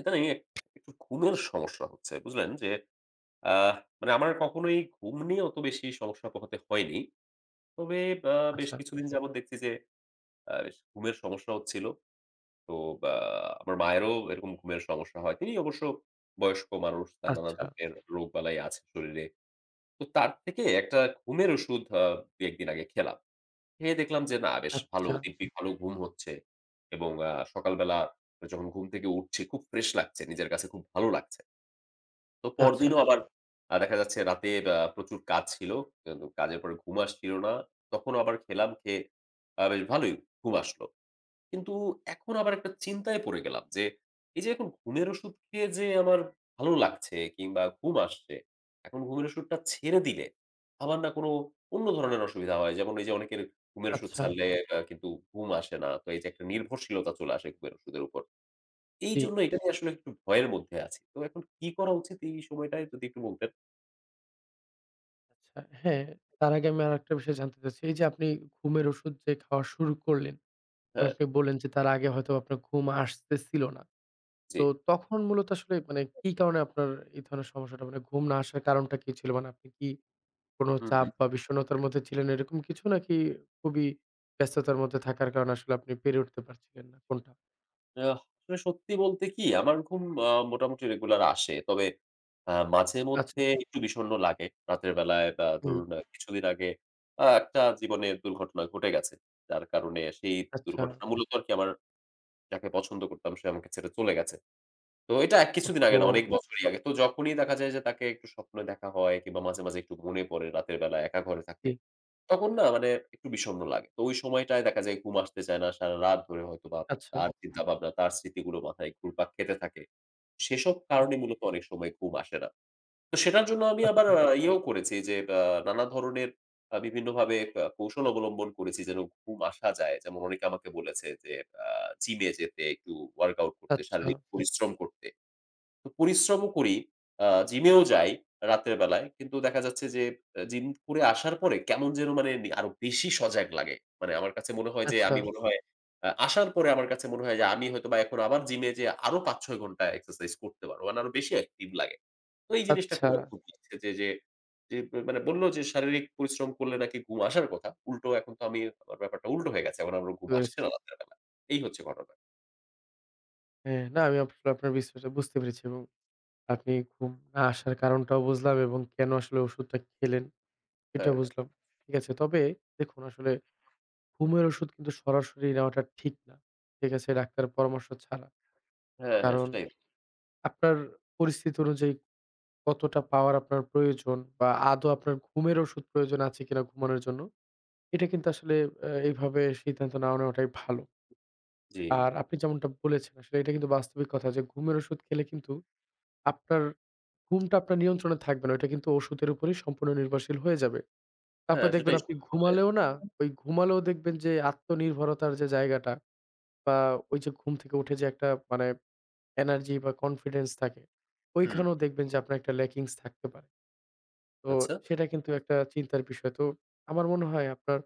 ইদানিং একটু ঘুমের সমস্যা হচ্ছে। বুঝলেন? যে আহ মানে আমার কখনোই ঘুম নিয়ে অত বেশি সমস্যা পোহাতে হয়নি। তবে আ বেশ আচ্ছা, কিছুদিন যাবৎ দেখছি যে বেশ ঘুমের সমস্যা হচ্ছিল। তো বা আমার মায়েরও এরকম ঘুমের সমস্যা হয়। তিনি অবশ্য বয়স্ক মানুষ। তার নানা আচ্ছা, ধরনের রোগবালাই আছে শরীরে। তো তার থেকে একটা ঘুমের ওষুধ ২-১ দিন আগে খেলাম। খেয়ে দেখলাম যে না বেশ ভালো আচ্ছা, দিব্যি ভালো ঘুম হচ্ছে এবং সকালবেলা যখন ঘুম থেকে উঠছি খুব ফ্রেশ লাগছে। নিজের কাছে খুব ভালো লাগছে। তো আচ্ছা, পরদিনও আবার দেখা যাচ্ছে রাতে প্রচুর কাজ ছিল। কিন্তু কাজের পরে ঘুম আসছিল না। তখনও আবার খেলাম, খেয়ে বেশ ভালোই ঘুম আসলো। কিন্তু এখন আবার একটা চিন্তায় পড়ে গেলাম যে, এই যে এখন ঘুমের ওষুধ খেয়ে যে আমার ভালো লাগছে কিংবা ঘুম আসছে, এখন ঘুমের ওষুধটা ছেড়ে দিলে আমার না কোনো অন্য ধরনের অসুবিধা হয়। যেমন এই যে অনেকের ঘুমের ওষুধ আচ্ছা, ছাড়লে কিন্তু ঘুম আসে না। তো এই যে একটা নির্ভরশীলতা চলে আসে ঘুমের ওষুধের উপর। জি, এইজন্য এটা নিয়ে আসলে একটু ভয়ের মধ্যে আছি। তো এখন কি করা উচিত এই সময়টায় যদি একটু বলতেন? আচ্ছা। হ্যাঁ, তার আগে আমি আরেকটা বিষয় জানতে চাচ্ছি। এই যে আপনি ঘুমের ওষুধ যে খাওয়া শুরু করলেন, মানে হ্যাঁ, আপনি বললেন যে তার আগে হয়তো আপনার ঘুম আসতেছিল না। জি। তো তখন মূলত আসলে মানে কি কারণে আপনার এই ধরনের সমস্যাটা মানে ঘুম না আসার কারণটা কি ছিল? মানে আপনি কি কোন হুম, চাপ হুম। বা বিষণ্ণতার মধ্যে ছিলেন এরকম কিছু? নাকি খুবই ব্যস্ততার মধ্যে থাকার কারণে আসলে আপনি পেরে উঠতে পারছিলেন না? কোনটা? আসলে সত্যি বলতে কি আমার ঘুম মোটামুটি রেগুলার আসে। তবে মাঝে আচ্ছা, মধ্যে একটু বিষণ্ণ লাগে। রাতের বেলায় বা হুম, ধরুন কিছুদিন আগে একটা জীবনে দুর্ঘটনা ঘটে গেছে। যার কারণে সেই আচ্ছা, দুর্ঘটনা মূলত আরকি আমার যাকে পছন্দ করতাম সে আমাকে ছেড়ে চলে গেছে। তো এটা এক কিছুদিন আগে ওহহো! না অনেক আচ্ছা। বছরই আগে। তো যখনই দেখা যায় যে তাকে একটু স্বপ্নে দেখা হয় কিংবা মাঝে, মাঝে একটু মনে পড়ে রাতের বেলা একা ঘরে জি, থাকলে। তখন না মানে একটু বিষণ্ণ লাগে। তো ওই সময়টায় দেখা যায় ঘুম আসতে চায় না। সারারাত ধরে হয়তোবা আচ্ছা, তার চিন্তাভাবনা, তার স্মৃতিগুলো মাথায় ঘুরপাক খেতে থাকে। সেসব হুম, কারণে মূলত অনেক সময় ঘুম আসে না। তো সেটার জন্য আমি আবার আচ্ছা। আ ইয়েও করেছি যে নানা ধরনের বিভিন্নভাবে কৌশল অবলম্বন করেছি যেন ঘুম আসা যায়। যেমন অনেকে আমাকে বলেছে যে আ জিমে যেতে, একটু ওয়ার্কআউট করতে, আচ্ছা, শারীরিক পরিশ্রম করতে। তো পরিশ্রমও করি, জিমেও যাই রাতের বেলায়। কিন্তু দেখা যাচ্ছে যে জিম করে আসার পরে কেমন যেন মানে নি আরো বেশি সজাগ লাগে। মানে আমার কাছে মনে হয় যে আচ্ছা, আমি মনে হয় আ আসার পরে আমার কাছে মনে হয় যে আমি হয়তোবা এখন আবার জিমে যেয়ে আরো ৫-৬ ঘন্টা এক্সারসাইজ করতে পারবো। মানে আরো বেশি অ্যাক্টিভ লাগে। তো এই জিনিসটা আচ্ছা। খুব অদ্ভুত লাগছে যে, যে মানে বলল যে শারীরিক পরিশ্রম করলে নাকি ঘুম আসার কথা। উল্টো এখন তো আমার ব্যাপারটা উল্টো হয়ে গেছে। এখন আমার বুঝতে ঘুম পেরেছি। আসছে না রাতের বেলা। এই হচ্ছে ঘটনা। হ্যাঁ, না আমি আসলে আপনার বিষয়টা বুঝতে পেরেছি এবং আপনি ঘুম না আসার কারণটাও বুঝলাম এবং কেন আসলে ওষুধটা খেলেন এটা হ্যাঁ, হ্যাঁ। বুঝলাম। ঠিক আছে। তবে দেখুন আসলে ঘুমের ওষুধ কিন্তু সরাসরি নেওয়াটা ঠিক না। ঠিক আছে? ডাক্তারের পরামর্শ ছাড়া। হ্যাঁ, হ্যাঁ কারণ সেটাই। আপনার পরিস্থিতি অনুযায়ী কতটা পাওয়ার আপনার প্রয়োজন বা আদৌ আপনার ঘুমের ওষুধ প্রয়োজন আছে কিনা ঘুমানোর জন্য, এটা কিন্তু আসলে এইভাবে সিদ্ধান্ত না নেওয়াটাই ভালো। জি। আর আপনি যেমনটা বলেছেন আসলে এটা কিন্তু বাস্তবিক কথা যে ঘুমের ওষুধ খেলে কিন্তু আপনার ঘুমটা আপনার নিয়ন্ত্রণে থাকবে না। ওটা কিন্তু ওষুধের উপরেই সম্পূর্ণ নির্ভরশীল হয়ে যাবে। হ্যাঁ, তারপরে দেখবেন সেটাই আপনি সবাই বলে। ঘুমালেও না, ওই ঘুমালেও দেখবেন যে আত্মনির্ভরতার যে জায়গাটা বা ওই যে ঘুম থেকে উঠে যে একটা মানে এনার্জি বা কনফিডেন্স থাকে, হুম, ওইখানেও দেখবেন যে আপনার একটা ল্যাকিংস থাকতে পারে। তো আচ্ছা। সেটা কিন্তু একটা চিন্তার বিষয়। তো আমার মনে হয় আপনার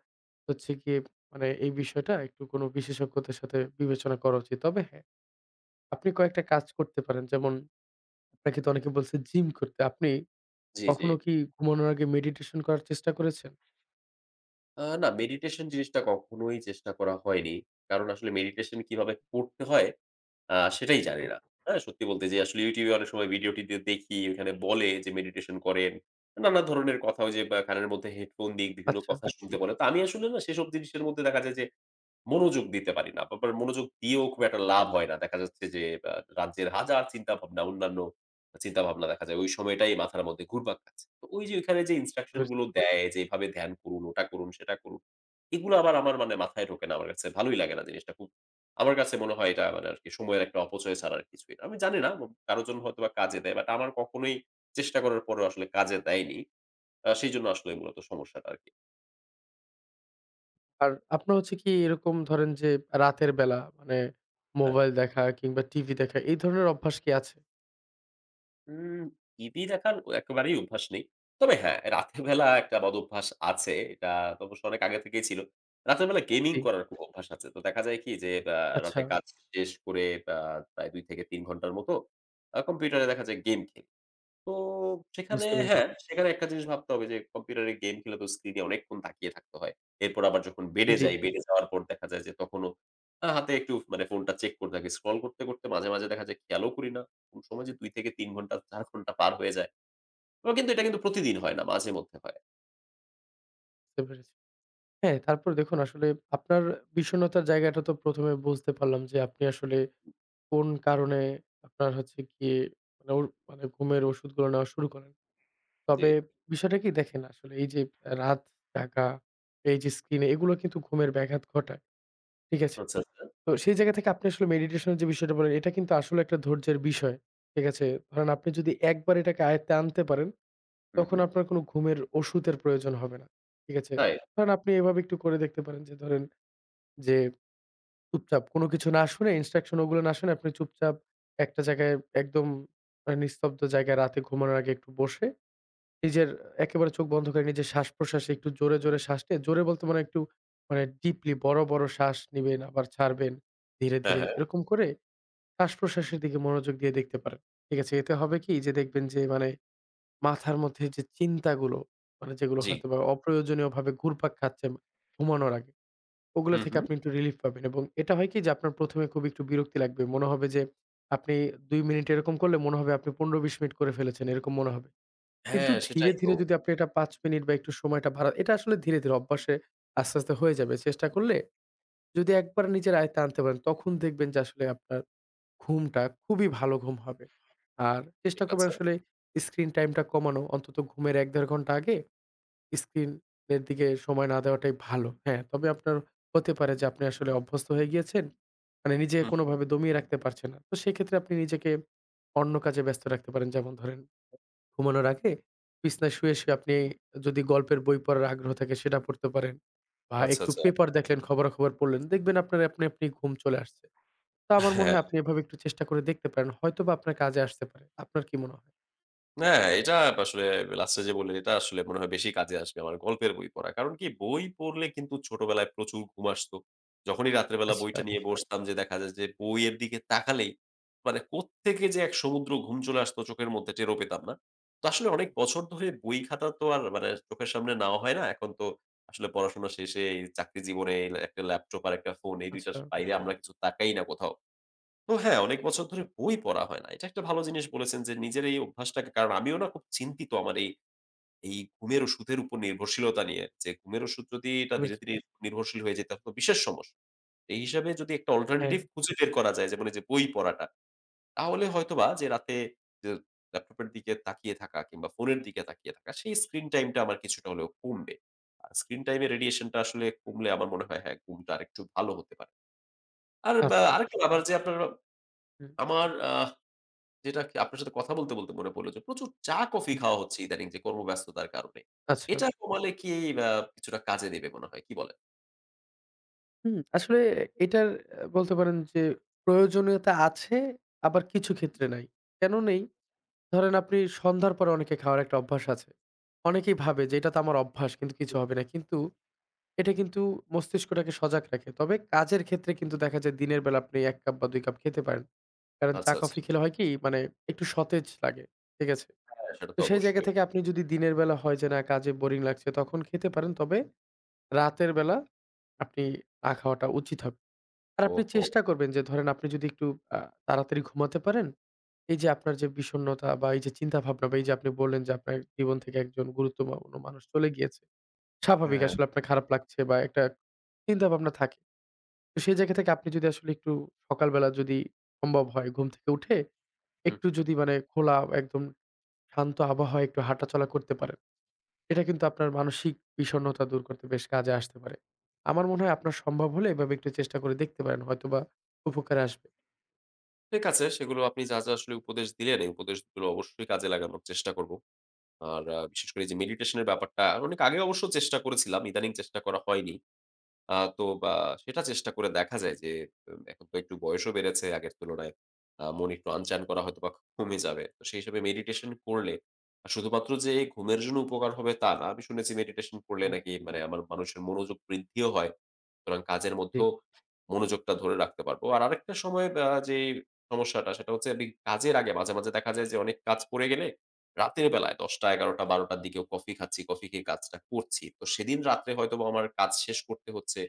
হচ্ছে গিয়ে মানে এই বিষয়টা একটু কোনো বিশেষজ্ঞদের সাথে বিবেচনা করা উচিত। তবে হ্যাঁ আপনি কয়েকটা কাজ করতে পারেন। যেমন আপনাকে তো অনেকে বলছে জিম করতে। আপনি জি, জি। কখনো কি ঘুমানোর আগে মেডিটেশন করার চেষ্টা করেছেন? না মেডিটেশন জিনিসটা কখনোই চেষ্টা করা হয়নি। কারণ আসলে মেডিটেশন কিভাবে করতে হয় সেটাই আচ্ছা, জানি না। হ্যাঁ? সত্যি বলতে যে আসলে YouTube এ অনেক সময় ভিডিও টিডিও দেখি, ওখানে বলে যে মেডিটেশন করেন। নানা ধরনের কথা ওই যে বা কানের মধ্যে হেডফোন দিয়ে বিভিন্ন আচ্ছা, কথা শুনতে বলে। তো আমি আসলে না সেসব জিনিসের মধ্যে দেখা যায় যে মনোযোগ দিতে পারি না। আবার মনোযোগ দিয়েও আচ্ছা খুব একটা লাভ হয় না। দেখা যাচ্ছে যে আ রাজ্যের হাজার চিন্তাভাবনা, অন্যান্য চিন্তাভাবনা দেখা যায় ওই সময়টাই মাথার মধ্যে ঘুরপাক খাচ্ছে। তো ওই যে ওইখানে যে ইনস্ট্রাকশন বুঝেছি। গুলো দেয় যে এভাবে ধ্যান করুন, ওটা করুন, সেটা করুন। এগুলো আবার আমার মানে মাথায় ঢোকে না। আমার কাছে ভালোই লাগে না জিনিসটা খুব। আমার কাছে মনে হয় এটা মানে আরকি সময়ের একটা অপচয় ছাড়া আর কিছুই না। আমি জানি না কারো জন্য হয়তোবা কাজে দেয়। বাট আমার কখনোই চেষ্টা করার পরেও আসলে কাজে দেয়নি। সেইজন্য আসলে মূলত সমস্যাটা আরকি। আর আপনার হচ্ছে কি এরকম ধরেন যে রাতের বেলা মানে হ্যাঁ। মোবাইল দেখা কিংবা টিভি দেখা এই ধরনের অভ্যাস কি আছে? উম টিভি দেখার একেবারেই অভ্যাস নেই। তবে হ্যাঁ, রাতের বেলা একটা বদ অভ্যাস আছে। এটা তো অবশ্য অনেক আগে থেকেই ছিল। রাতের বেলা গেমিং জি। করার খুব অভ্যাস আছে। তো দেখা যায় কি যে আ আচ্ছা রাতে কাজ শেষ করে আ প্রায় ২ থেকে ৩ ঘন্টার মতো কম্পিউটারে দেখা যায় গেম খেলি। তো সেখানে বুঝতে পেরেছি। হ্যাঁ, সেখানে একটা জিনিস ভাবতে হবে যে কম্পিউটারে গেম খেলে তো স্ক্রিনে অনেকক্ষণ তাকিয়ে থাকতে হয়। এরপর আবার যখন বেডে জি, যাই, বেডে যাওয়ার পর দেখা যায় যে তখনও হাতে একটু মানে ফোনটা চেক করতে থাকি। স্ক্রল করতে, করতে মাঝে, মাঝে দেখা যায় খেয়ালও করি না। কোন সময় যে ২ থেকে ৩ ঘন্টা, ৪ ঘন্টা পার হয়ে যায়। তবে কিন্তু এটা কিন্তু প্রতিদিন হয় না, মাঝে মধ্যে হয়। বুঝতে পেরেছি। হ্যাঁ, তারপর দেখুন আসলে আপনার বিষণ্ণতার জায়গাটা তো ১ম এ বুঝতে পারলাম যে আপনি আসলে কোন কারণে আপনার হচ্ছে গিয়ে মানে ওর মানে ঘুমের ওষুধগুলো নেওয়া শুরু করেন। জি। তবে বিষয়টা কি দেখেন আসলে এই যে রাত জাগা, এই যে স্ক্রিনে এগুলো কিন্তু ঘুমের ব্যাঘাত ঘটায়। ঠিক আছে? আচ্ছা, আচ্ছা। তো সেই জায়গা থেকে আপনি আসলে মেডিটেশন এর যে বিষয়টা বললেন এটা কিন্তু আসলে একটা ধৈর্যের বিষয়। ঠিক আছে? ধরেন আপনি যদি একবার এটাকে আয়ত্তে আনতে পারেন হুম, তখন হুম। আপনার কোনো ঘুমের ওষুধের প্রয়োজন হবে না। ঠিক আছে? তাই? ধরেন আপনি এভাবে একটু করে দেখতে পারেন যে ধরেন যে চুপচাপ কোনো কিছু না শুনে ইনস্ট্রাকশন ওগুলো না শুনে আপনি চুপচাপ একটা জায়গায় একদম নিস্তব্ধ জায়গায় রাতে ঘুমানোর আগে একটু বসে নিজের একেবারে চোখ বন্ধ করে নিজের শ্বাস-প্রশ্বাসে একটু জোরে, জোরে শ্বাস নিয়ে জোরে বলতে মানে একটু মানে ডিপলি বড়, বড় শ্বাস নিবেন আবার ছাড়বেন ধীরে, হ্যাঁ, ধীরে। হ্যাঁ। এরকম করে শ্বাস-প্রশ্বাসের দিকে মনোযোগ দিয়ে দেখতে পারেন। ঠিক আছে? এতে হবে কি যে দেখবেন যে মানে মাথার মধ্যে যে চিন্তাগুলো মানে যেগুলো জি। হয়তোবা অপ্রয়োজনীয়ভাবে ঘুরপাক খাচ্ছে ঘুমানোর আগে, ওগুলো হুম, থেকে হুম। আপনি একটু রিলিফ পাবেন এবং এটা হয় কি যে আপনার ১ম এ খুব একটু বিরক্তি লাগবে। মনে হবে যে আপনি ২ মিনিট এরকম করলে মনে হবে আপনি ১৫-২০ মিনিট করে ফেলেছেন, এরকম মনে হবে। কিন্তু হ্যাঁ, ধীরে, সেটাই তো। ধীরে যদি আপনি এটা ৫ মিনিট বা একটু সময়টা বাড়ান, এটা আসলে ধীরে, ধীরে অভ্যাসে আস্তে, আস্তে হয়ে যাবে। চেষ্টা করলে যদি একবার নিজের আয়ত্তে আনতে পারেন, তখন দেখবেন যে আসলে আপনার ঘুমটা খুবই ভালো ঘুম হবে। আর চেষ্টা ঠিক করবেন আছে। আসলে স্ক্রিন টাইমটা কমানো। অন্তত ঘুমের ১-১.৫ ঘন্টা আগে স্ক্রিনের দিকে সময় না দেওয়াটাই ভালো। হ্যাঁ, তবে আপনার হতে পারে যে আপনি আসলে অভ্যস্ত হয়ে গিয়েছেন। মানে নিজেকে হুম। কোনোভাবে দমিয়ে রাখতে পারছেন না। তো সেক্ষেত্রে আপনি নিজেকে অন্য কাজে ব্যস্ত রাখতে পারেন। যেমন ধরেন ঘুমানোর আগে বিছানায় শুয়ে আপনি যদি গল্পের বই পড়ার আগ্রহ থাকে সেটা পড়তে পারেন। বা আচ্ছা, একটু আচ্ছা। পেপার দেখলেন, খবরাখবর পড়লেন। দেখবেন আপনার আপনি ঘুম চলে আসছে। তো আমার মনে হ্যাঁ। হয় আপনি এভাবে একটু চেষ্টা করে দেখতে পারেন। হয়তোবা আপনার কাজে আসতে পারে। আপনার কি মনে হয়? হ্যাঁ, এটা আসলে লাস্টে যে বললেন, এটা আসলে মনে হয় বেশি কাজে আসবে আমার গল্পের বই পড়া। কারণ কি বই পড়লে কিন্তু ছোটবেলায় প্রচুর ঘুম আসতো। যখনই রাত্রে বেলা আচ্ছা। বইটা নিয়ে বসতাম যে দেখা যায় যে বইয়ের দিকে তাকালেই মানে কোত্থেকে যে এক সমুদ্র ঘুম চলে আসতো চোখের মধ্যে টেরও পেতাম না। তো আসলে অনেক বছর ধরে বই খাতা তো আর মানে চোখের সামনে নেওয়া হয় না। এখন তো আসলে পড়াশোনা শেষে এই চাকরি জীবনে এই একটা ল্যাপটপ আর একটা ফোন এই ২ টার আচ্ছা, বাইরে আমরা কিছু তাকাই না কোথাও। তো হ্যাঁ, অনেক জি, বছর ধরে বই পড়া হয় না। এটা একটা ভালো জিনিস বলেছেন যে নিজের এই অভ্যাসটাকে কারণ আমিও না খুব চিন্তিত আমার এই ঘুমের ওষুধের উপর নির্ভরশীলতা নিয়ে। যে ঘুমের ওষুধ যদি এটা ধীরে, বুঝতে পেরেছি। ধীরে নির্ভরশীল হয়ে যেত তো বিশেষ সমস্যা। এই হিসাবে যদি একটা হ্যাঁ, অল্টারনেটিভ খুঁজে বের করা যায় যে মানে যে বই পড়াটা, তাহলে হয়তোবা যে রাতে যে ল্যাপটপের দিকে তাকিয়ে থাকা কিংবা ফোনের দিকে তাকিয়ে থাকা সেই স্ক্রিন টাইমটা জি। আমার কিছুটা হলেও কমবে। আর স্ক্রিন টাইম এর রেডিয়েশনটা আসলে কমলে আমার মনে হয় হ্যাঁ, ঘুমটা আরেকটু ভালো হতে পারে। আর বা আচ্ছা, আরেকটা ব্যাপার যে আপনার হুম, আমার যেটা কি আপনার সাথে কথা বলতে, বলতে মনে পড়ল যে প্রচুর চা-কফি হুম, খাওয়া হচ্ছে ইদানিং যে কর্মব্যস্ততার কারণে। আচ্ছা। এটা কমালে কি আ কিছুটা কাজে দেবে মনে হয়। কি বলেন? হুম, আসলে এটার বলতে পারেন যে প্রয়োজনীয়তা আছে, আবার কিছু ক্ষেত্রে নাই। কেন নেই? ধরেন আপনি সন্ধ্যার পরে অনেকে খাওয়ার একটা অভ্যাস আছে। অনেকেই ভাবে যে এটা তো আমার অভ্যাস কিন্তু কিছু হবে না। কিন্তু এটা কিন্তু মস্তিষ্কটাকে সজাগ রাখে। তবে কাজের ক্ষেত্রে কিন্তু দেখা যায় দিনের বেলা আপনি ১ কাপ বা ২ কাপ খেতে পারেন। কারণ চা আচ্ছা, আচ্ছা। কফি খেলে হয় কি মানে একটু সতেজ লাগে। ঠিক আছে? হ্যাঁ, সেটা তো তো সেই জায়গা অবশ্যই। থেকে আপনি যদি দিনের বেলা হয় যে না কাজে বোরিং লাগছে তখন খেতে পারেন। তবে রাতের বেলা আপনি না খাওয়াটা উচিত হবে। আর আপনি ওহো! চেষ্টা করবেন যে ধরেন আপনি যদি একটু আ তাড়াতাড়ি ঘুমাতে পারেন এই যে আপনার যে বিষণ্ণতা বা এই যে চিন্তাভাবনা বা এই যে আপনি বললেন যে আপনার জীবন থেকে একজন গুরুত্বপূর্ণ মানুষ চলে গিয়েছে। স্বাভাবিক হ্যাঁ। আসলে আপনার খারাপ লাগছে বা একটা চিন্তাভাবনা থাকে। তো সেই জায়গা থেকে আপনি যদি আসলে একটু সকালবেলা যদি সম্ভব হয় ঘুম থেকে উঠে হুম। একটু যদি মানে খোলা একদম শান্ত আবহাওয়ায় একটু হাঁটাচলা করতে পারেন, এটা কিন্তু আপনার মানসিক বিষণ্ণতা দূর করতে বেশ কাজে আসতে পারে। আমার মনে হয় আপনার সম্ভব হলে এভাবে একটু চেষ্টা করে দেখতে পারেন। হয়তোবা উপকারে আসবে। ঠিক আছে সেগুলো আপনি যা, যা আসলে উপদেশ দিলেন এই উপদেশগুলো অবশ্যই কাজে লাগানোর চেষ্টা করব। আর বিশেষ করে এই যে মেডিটেশন এর ব্যাপারটা অনেক আগে অবশ্য চেষ্টা করেছিলাম। ইদানিং চেষ্টা করা হয়নি। আ তো বা সেটা চেষ্টা করে দেখা যায় যে এখন তো একটু বয়সও বেড়েছে আগের তুলনায়। মন একটু আনচান করা হয়তোবা কমে যাবে। তো সেই হিসেবে মেডিটেশন করলে আর শুধুমাত্র যে এই ঘুমের জন্য উপকার হবে তা না। আমি শুনেছি মেডিটেশন করলে হুম, নাকি মানে আমার মানুষের মনোযোগ বৃদ্ধিও হয়। সুতরাং কাজের জি। মধ্যেও মনোযোগটা ধরে রাখতে পারবো। আর আরেকটা সময় যে সমস্যাটা সেটা হচ্ছে আমি কাজের আগে মাঝে, মাঝে দেখা যায় যে অনেক কাজ পড়ে গেলে রাতের বেলায় ১০টা, ১১টা, ১২টার দিকেও কফি খাচ্ছি, কফি খেয়ে কাজটা করছি। তো সেদিন রাত্রে হয়তোবা আমার কাজ শেষ করতে হচ্ছে।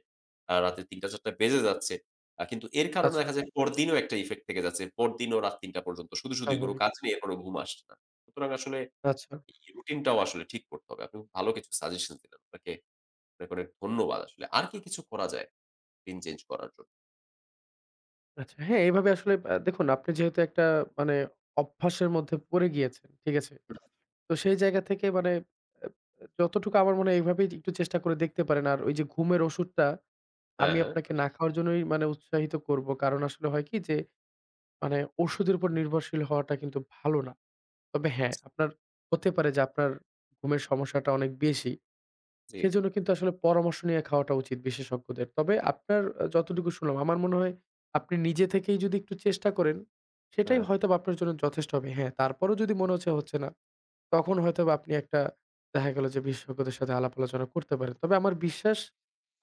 রাতে ৩টা-৪টা বেজে যাচ্ছে। কিন্তু এর কারণে আচ্ছা, দেখা যায় পরদিনও একটা ইফেক্ট থেকে যাচ্ছে। পরদিনও রাত ৩টা পর্যন্ত শুধু, শুধুই কোনো স্বাভাবিক। কাজ নেই, এরপরেও ঘুম আসছে না। সুতরাং আসলে আচ্ছা। এই রুটিনটাও আসলে ঠিক করতে হবে। আপনি খুব ভালো কিছু সাজেশন দিলেন। আপনাকে অনেক, অনেক ধন্যবাদ আসলে। আর কি কিছু করা যায় দিন চেঞ্জ করার জন্য? আচ্ছা, হ্যাঁ, এভাবে আসলে দেখুন আপনি যেহেতু একটা মানে অভ্যাসের মধ্যে পড়ে গিয়েছেন, ঠিক আছে? তো সেই জায়গা থেকে মানে আব যতটুকু আমার মনে হয় এভাবেই একটু চেষ্টা করে দেখতে পারেন। আর ওই যে ঘুমের ওষুধটা হ্যাঁ, আমি হ্যাঁ। আপনাকে না খাওয়ার জন্যই মানে উৎসাহিত করব। কারণ আসলে হয় কি যে মানে ওষুধের উপর নির্ভরশীল হওয়াটা কিন্তু ভালো না। তবে হ্যাঁ, আপনার হতে পারে যে আপনার ঘুমের সমস্যাটা অনেক বেশি। জি, সেজন্য কিন্তু আসলে পরামর্শ নিয়ে খাওয়াটা উচিত বিশেষজ্ঞদের। তবে আপনার যতটুকু শুনলাম আমার মনে হয় আপনি নিজে থেকেই যদি একটু চেষ্টা করেন, সেটাই হ্যাঁ। হয়তোবা আপনার জন্য যথেষ্ট হবে। হ্যাঁ, তারপরেও যদি মনে হচ্ছে, হচ্ছে না, তখন হয়তোবা আপনি একটা দেখা গেল যে বিশেষজ্ঞদের সাথে আলাপ আলোচনা করতে পারেন। তবে আমার বিশ্বাস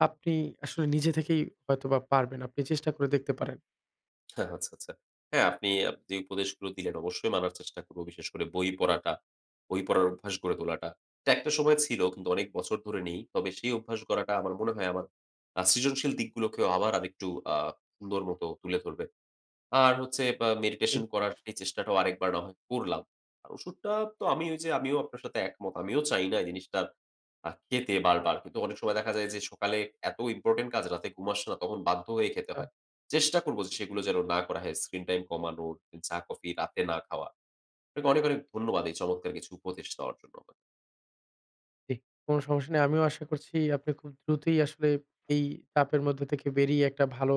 আপনি আসলে নিজে থেকেই হয়তোবা পারবেন। আপনি চেষ্টা করে দেখতে পারেন। হ্যাঁ, আচ্ছা, আচ্ছা। হ্যাঁ, আপনি যে উপদেশগুলো দিলেন অবশ্যই মানার চেষ্টা করব। বিশেষ করে বই পড়াটা, বই পড়ার অভ্যাস গড়ে তোলাটা। এটা একটা সময় ছিল কিন্তু অনেক বছর ধরে নেই। তবে সেই অভ্যাস গড়াটা আমার মনে হয় আমার সৃজনশীল দিকগুলোকেও আবার আরেকটু আ সুন্দর মতো তুলে ধরবে। আর হচ্ছে বা জি। মেডিটেশন করার এই চেষ্টাটাও আরেকবার না হয় করলাম। আর ওষুধটা তো আমি ওই যে আমিও আপনার সাথে একমত। আমিও চাই না এই জিনিসটা খেতে বারবার। কিন্তু অনেক সময় দেখা যায় যে সকালে এত ইম্পোর্টেন্ট কাজ রাতে ঘুম আসে না তখন বাধ্য হয়ে খেতে হয়। চেষ্টা করব যে সেগুলো যেন না করা হয়। স্ক্রিন টাইম কমানোর, চা কফি রাতে না খাওয়া। আপনাকে অনেক, অনেক ধন্যবাদ এই চমৎকার কিছু উপদেশ দেওয়ার জন্য। জি, কোনো সমস্যা নেই। আমিও আশা করছি আপনি খুব দ্রুতই আসলে এই চাপের মধ্যে থেকে বেরিয়ে একটা ভালো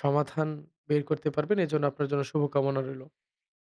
সমাধান বের করতে পারবেন। এজন্য আপনার জন্য শুভকামনা রইল।